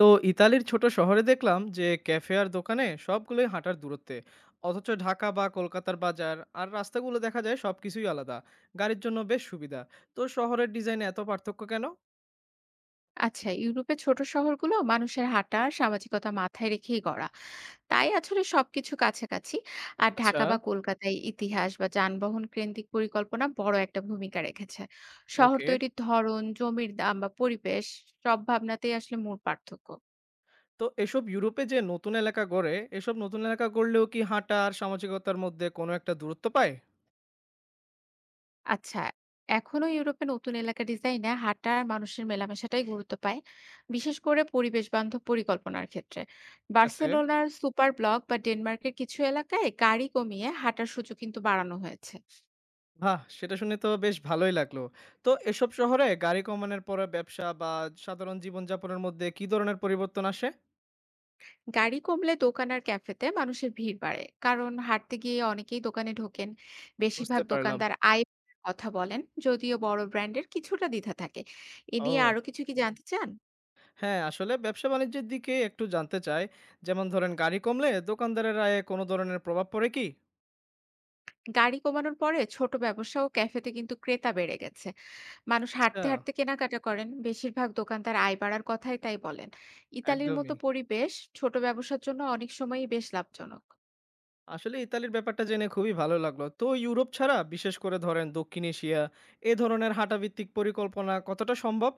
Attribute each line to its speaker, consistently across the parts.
Speaker 1: তো ইতালির ছোট শহরে দেখলাম যে ক্যাফে আর দোকানে সবগুলোই হাঁটার দূরত্বে, অথচ ঢাকা বা কলকাতার বাজার আর রাস্তাগুলো দেখা যায় সবকিছুই আলাদা, গাড়ির জন্য বেশ সুবিধা। তো শহরের ডিজাইনে এত পার্থক্য কেন?
Speaker 2: আচ্ছা, ইউরোপের ছোট শহরগুলো মানুষের হাঁটা আর সামাজিকতা মাথায় রেখেই গড়া। তাই আসলে সবকিছু কাছাকাছি। আর
Speaker 1: আচ্ছা।
Speaker 2: ঢাকা বা কলকাতায় ইতিহাস বা যানবাহন কেন্দ্রিক পরিকল্পনা বড় একটা ভূমিকা রেখেছে। শহর
Speaker 1: ওকে।
Speaker 2: তৈরির ধরন, জমির দাম বা পরিবেশ সব ভাবনাতেই আসলে মূল পার্থক্য।
Speaker 1: তো এসব নতুন এলাকা গড়লেও কি হাঁটা আর সামাজিকতার মধ্যে কোনো একটা দূরত্ব পায়?
Speaker 2: আচ্ছা, এখনো ইউরোপে নতুন এলাকা ডিজাইনে হাঁটা আর মানুষের মেলামেশাটাই গুরুত্ব পায়, বিশেষ করে পরিবেশ বান্ধব পরিকল্পনার ক্ষেত্রে।
Speaker 1: ঠিক আছে।
Speaker 2: বার্সেলোনার সুপার ব্লক বা ডেনমার্কের কিছু এলাকায় গাড়ি কমিয়ে হাঁটার সুযোগ কিন্তু বাড়ানো হয়েছে।
Speaker 1: বাহ, সেটা শুনে তো বেশ ভালোই লাগলো। তো এসব শহরে গাড়ি কমানোর পরে ব্যবসা বা সাধারণ জীবনযাপনের মধ্যে কি ধরনের পরিবর্তন আসে?
Speaker 2: গাড়ি কমলে দোকান আর ক্যাফেতে মানুষের ভিড় বাড়ে, কারণ হাঁটতে গিয়ে অনেকেই দোকানে ঢোকেন।
Speaker 1: বুঝতে
Speaker 2: বেশিরভাগ
Speaker 1: পারলাম।
Speaker 2: দোকানদার আয় কথা বলেন, যদিও বড় ব্র্যান্ডের কিছুটা দ্বিধা থাকে। এ নিয়ে
Speaker 1: ও
Speaker 2: আরো কিছু কি জানতে চান?
Speaker 1: হ্যাঁ, আসলে ব্যবসা-বাণিজ্যের দিকে একটু জানতে চাই। যেমন ধরেন গাড়ি কমলে দোকানদারের আয়ে কোনো ধরনের প্রভাব পড়ে কি?
Speaker 2: গাড়ি কমানোর পরে ছোট ব্যবসা ও ক্যাফেতে কিন্তু ক্রেতা বেড়ে গেছে। মানুষ
Speaker 1: আচ্ছা,
Speaker 2: হাঁটতে, হাঁটতে কেনাকাটা করেন। বেশিরভাগ দোকানদার আয় বাড়ার কথাই তাই বলেন। ইতালির মতো
Speaker 1: একদমই।
Speaker 2: পরিবেশ ছোট ব্যবসার জন্য অনেক সময়ই বেশ লাভজনক।
Speaker 1: আসলে ইতালির ব্যাপারটা জেনে খুবই ভালো লাগলো। তো ইউরোপ ছাড়া বিশেষ করে ধরেন দক্ষিণ এশিয়া এ ধরনের হাঁটাভিত্তিক পরিকল্পনা কতটা সম্ভব?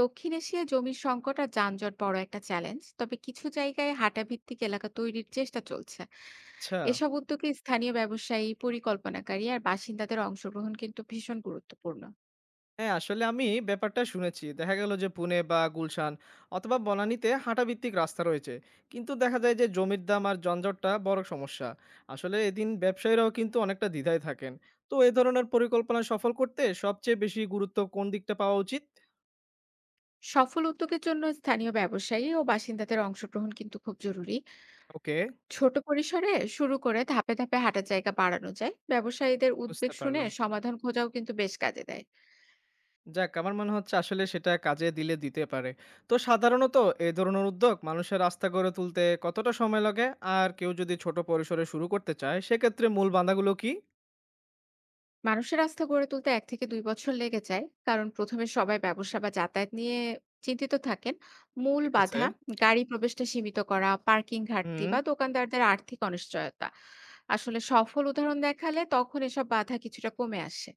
Speaker 2: দক্ষিণ এশিয়ায় জমির সংকট আর যানজট বড় একটা চ্যালেঞ্জ। তবে কিছু জায়গায় হাঁটা ভিত্তিক এলাকা তৈরির চেষ্টা চলছে।
Speaker 1: আচ্ছা।
Speaker 2: এসব উদ্যোগে স্থানীয় ব্যবসায়ী, পরিকল্পনাকারী আর বাসিন্দাদের অংশগ্রহণ কিন্তু ভীষণ গুরুত্বপূর্ণ।
Speaker 1: হ্যাঁ, আসলে আমি ব্যাপারটা শুনেছি। দেখা গেল যে পুনে বা গুলশান অথবা বনানীতে হাঁটাভিত্তিক রাস্তা রয়েছে। কিন্তু দেখা যায় যে জমির দাম আর জঞ্জটটা বড় সমস্যা। আসলে এদিন ব্যবসায়ীরাও কিন্তু অনেকটা দ্বিধায় থাকেন। তো এ ধরনের পরিকল্পনা সফল করতে সবচেয়ে বেশি গুরুত্ব কোন দিকটা পাওয়া উচিত?
Speaker 2: সফল উদ্যোগের জন্য স্থানীয় ব্যবসায়ী ও বাসিন্দাদের অংশগ্রহণ কিন্তু খুব জরুরি।
Speaker 1: ওকে,
Speaker 2: ছোট পরিসরে শুরু করে ধাপে ধাপে হাঁটার জায়গা বাড়ানো যায়, ব্যবসায়ীদের
Speaker 1: বুঝতে
Speaker 2: উদ্বেগ শুনে
Speaker 1: পারলাম।
Speaker 2: সমাধান খোঁজাও কিন্তু বেশ কাজে দেয়।
Speaker 1: যাক, আমার মনে হচ্ছে আসলে সেটা কাজে দিলে দিতে পারে। তো সাধারণত এ ধরনের উদ্যোগ মানুষের আস্থা গড়ে তুলতে কতটা সময় লাগে? আর কেউ যদি ছোট পরিসরে শুরু করতে চায় সেক্ষেত্রে মূল বাধাগুলো কি?
Speaker 2: মানুষের আস্থা গড়ে তুলতে 1 থেকে 2 বছর লেগে যায়, কারণ প্রথমে সবাই ব্যবসা বা যাতায়াত নিয়ে চিন্তিত থাকেন। মূল
Speaker 1: ঠিক আছে।
Speaker 2: বাধা গাড়ি প্রবেশটা সীমিত করা, পার্কিং ঘাটতি
Speaker 1: হুম,
Speaker 2: বা দোকানদারদের আর্থিক অনিশ্চয়তা। আসলে সফল উদাহরণ দেখালে তখন এসব বাধা কিছুটা কমে আসে।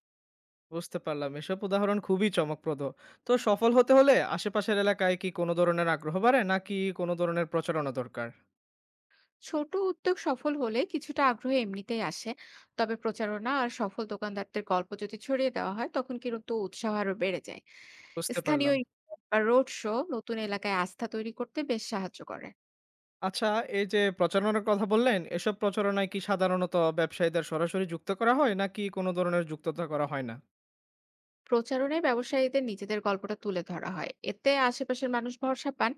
Speaker 1: বুঝতে পারলাম। এসব উদাহরণ খুবই চমকপ্রদ। তো সফল হতে হলে আশেপাশের এলাকায় কি কোনো ধরনের আগ্রহ বাড়ে নাকি কোনো ধরনের প্রচারণা দরকার?
Speaker 2: ছোট উদ্যোগ সফল হলে কিছুটা আগ্রহ এমনিতেই আসে, তবে প্রচারণা আর সফল দোকানদারদের গল্প যদি ছড়িয়ে দেওয়া হয় তখন কিন্তু উৎসাহ আরো বেড়ে যায়।
Speaker 1: বুঝতে
Speaker 2: স্থানীয়
Speaker 1: পারলাম।
Speaker 2: event বা রোড শো নতুন এলাকায় আস্থা তৈরি করতে বেশ সাহায্য করে।
Speaker 1: আচ্ছা, এই যে প্রচারণার কথা বললেন, এসব প্রচারণায় কি সাধারণত ব্যবসায়ীদের সরাসরি যুক্ত করা হয় নাকি কোনো ধরনের যুক্ততা করা হয় না?
Speaker 2: প্রচারণায় ব্যবসায়ীদের নিজেদের গল্পটা তুলে ধরা হয়, এতে আশেপাশের মানুষ ভরসা পান।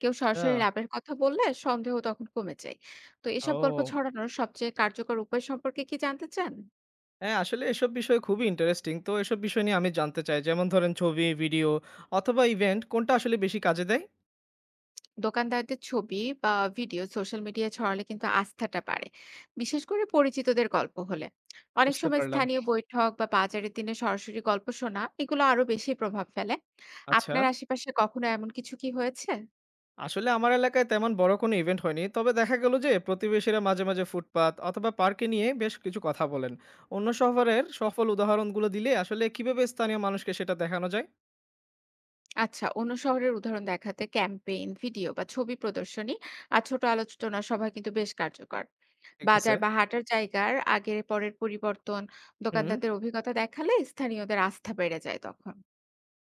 Speaker 2: কেউ
Speaker 1: আচ্ছা।
Speaker 2: সরাসরি লাভের কথা বললে সন্দেহ তখন কমে যায়। তো এসব গল্প
Speaker 1: ও
Speaker 2: ছড়ানোর সবচেয়ে কার্যকর উপায় সম্পর্কে কি জানতে চান?
Speaker 1: হ্যাঁ, আসলে এসব বিষয় খুবই ইন্টারেস্টিং। তো এসব বিষয় নিয়ে আমি জানতে চাই। যেমন ধরেন ছবি, ভিডিও অথবা ইভেন্ট কোনটা আসলে বেশি কাজে দেয়?
Speaker 2: দোকানদারদের ছবি বা ভিডিও সোশ্যাল মিডিয়ায় ছড়ালে কিন্তু আস্থাটা বাড়ে, বিশেষ করে পরিচিতদের গল্প হলে। অনেক
Speaker 1: বুঝতে
Speaker 2: সময়
Speaker 1: পারলাম।
Speaker 2: স্থানীয় বৈঠক বা বাজারের দিনে সরাসরি গল্প শোনা এগুলো আরো বেশি প্রভাব ফেলে।
Speaker 1: আচ্ছা।
Speaker 2: আপনার আশেপাশে কখনো এমন কিছু কি হয়েছে?
Speaker 1: আসলে আমার এলাকায় তেমন বড় কোনো ইভেন্ট হয়নি, তবে দেখা গেল যে প্রতিবেশীরা মাঝে মাঝে ফুটপাত অথবা পার্কে নিয়ে বেশ কিছু কথা বলেন। অন্য শহরের সফল উদাহরণগুলো দিলে আসলে কিভাবে স্থানীয় মানুষকে সেটা দেখানো যায়?
Speaker 2: আচ্ছা, অন্য শহরের উদাহরণ দেখাতে ক্যাম্পেইন ভিডিও বা ছবি প্রদর্শনী আর ছোট আলোচনা সভা কিন্তু বেশ কার্যকর।
Speaker 1: ঠিক আছে।
Speaker 2: বাজার বা হাটার জায়গার আগের পরের পরিবর্তন,
Speaker 1: হুম,
Speaker 2: দোকানদারদের অভিজ্ঞতা দেখালে স্থানীয়দের আস্থা বেড়ে যায় তখন।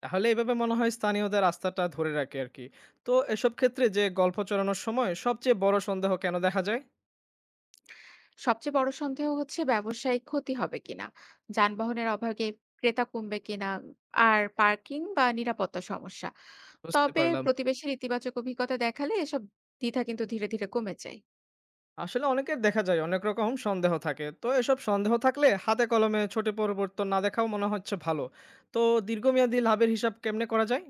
Speaker 1: তাহলে এভাবে মনে হয় স্থানীয়দের আস্থাটা ধরে রাখে আর কি। তো এসব ক্ষেত্রে যে গল্প চড়ানোর সময় সবচেয়ে বড় সন্দেহ কেন দেখা যায়?
Speaker 2: সবচেয়ে বড় সন্দেহ হচ্ছে ব্যবসায়িক ক্ষতি হবে কিনা, যানবাহনের অভাবে ক্রেতা কমবে কিনা, আর পার্কিং বা নিরাপত্তা সমস্যা।
Speaker 1: বুঝতে
Speaker 2: তবে
Speaker 1: পারলাম।
Speaker 2: প্রতিবেশীর ইতিবাচক অভিজ্ঞতা দেখালে এসব দ্বিধা কিন্তু ধীরে ধীরে কমে যায়।
Speaker 1: আসলে অনেকের দেখা যায় অনেক রকম সন্দেহ থাকে, তো এসব সন্দেহ থাকলে হাতে কলমে ছোট পরিবর্তন না দেখাও মনে হচ্ছে ভালো। তো দীর্ঘমেয়াদী লাভের হিসাব কেমনে করা যায়?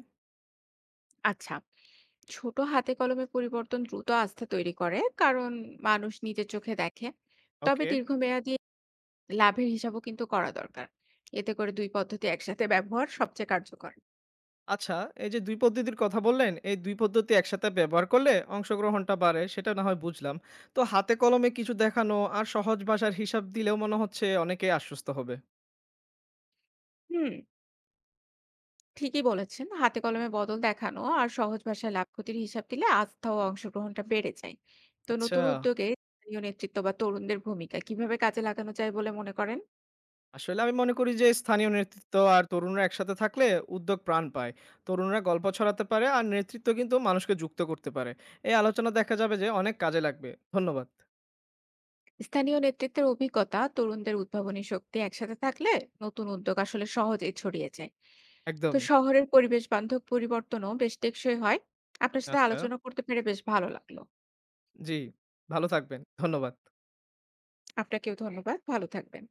Speaker 2: আচ্ছা, ছোট হাতে কলমে পরিবর্তন দ্রুত আস্থা তৈরি করে, কারণ মানুষ নিজের চোখে দেখে। তবে
Speaker 1: ওকে।
Speaker 2: দীর্ঘমেয়াদী লাভের হিসাবও কিন্তু করা দরকার। এতে করে দুই পদ্ধতি একসাথে ব্যবহার সবচেয়ে কার্যকর।
Speaker 1: আচ্ছা, এই যে ২ পদ্ধতির কথা বললেন, এই ২ পদ্ধতি একসাথে ব্যবহার করলে অংশগ্রহণটা বাড়ে, সেটা না হয় বুঝলাম। তো হাতে কলমে কিছু দেখানো আর সহজ ভাষার হিসাব দিলেও মনে হচ্ছে অনেকেই আশ্বস্ত হবে।
Speaker 2: হুম, ঠিকই বলেছেন, হাতে কলমে বদল দেখানো আর সহজ ভাষায় লাভ ক্ষতির হিসাব দিলে আস্থা ও অংশগ্রহণটা বেড়ে যায়। তো
Speaker 1: আচ্ছা,
Speaker 2: নতুন উদ্যোগে স্থানীয় নেতৃত্ব বা তরুণদের ভূমিকা কিভাবে কাজে লাগানো যায় বলে মনে করেন?
Speaker 1: আসলে আমি মনে করি যে স্থানীয় নেতৃত্ব আর তরুণরা একসাথে থাকলে উদ্যোগ প্রাণ পায়। তরুণরা গল্প ছড়াতে পারে আর নেতৃত্ব কিন্তু মানুষকে যুক্ত করতে পারে। এই আলোচনা দেখা যাবে যে অনেক কাজে লাগবে। ধন্যবাদ।
Speaker 2: স্থানীয় নেতৃত্বের অভিজ্ঞতা, তরুণদের উদ্ভাবনী শক্তি একসাথে থাকলে নতুন উদ্যোগ আসলে সহজেই ছড়িয়ে যায়। তো
Speaker 1: একদমই।
Speaker 2: শহরের পরিবেশ বান্ধব পরিবর্তনও বেশ টেকসই হয়। আপনার সাথে
Speaker 1: আচ্ছা,
Speaker 2: আলোচনা করতে পেরে বেশ ভালো লাগলো।
Speaker 1: জি। ভালো থাকবেন। ধন্যবাদ।
Speaker 2: আপনাকেও ধন্যবাদ, ভালো থাকবেন।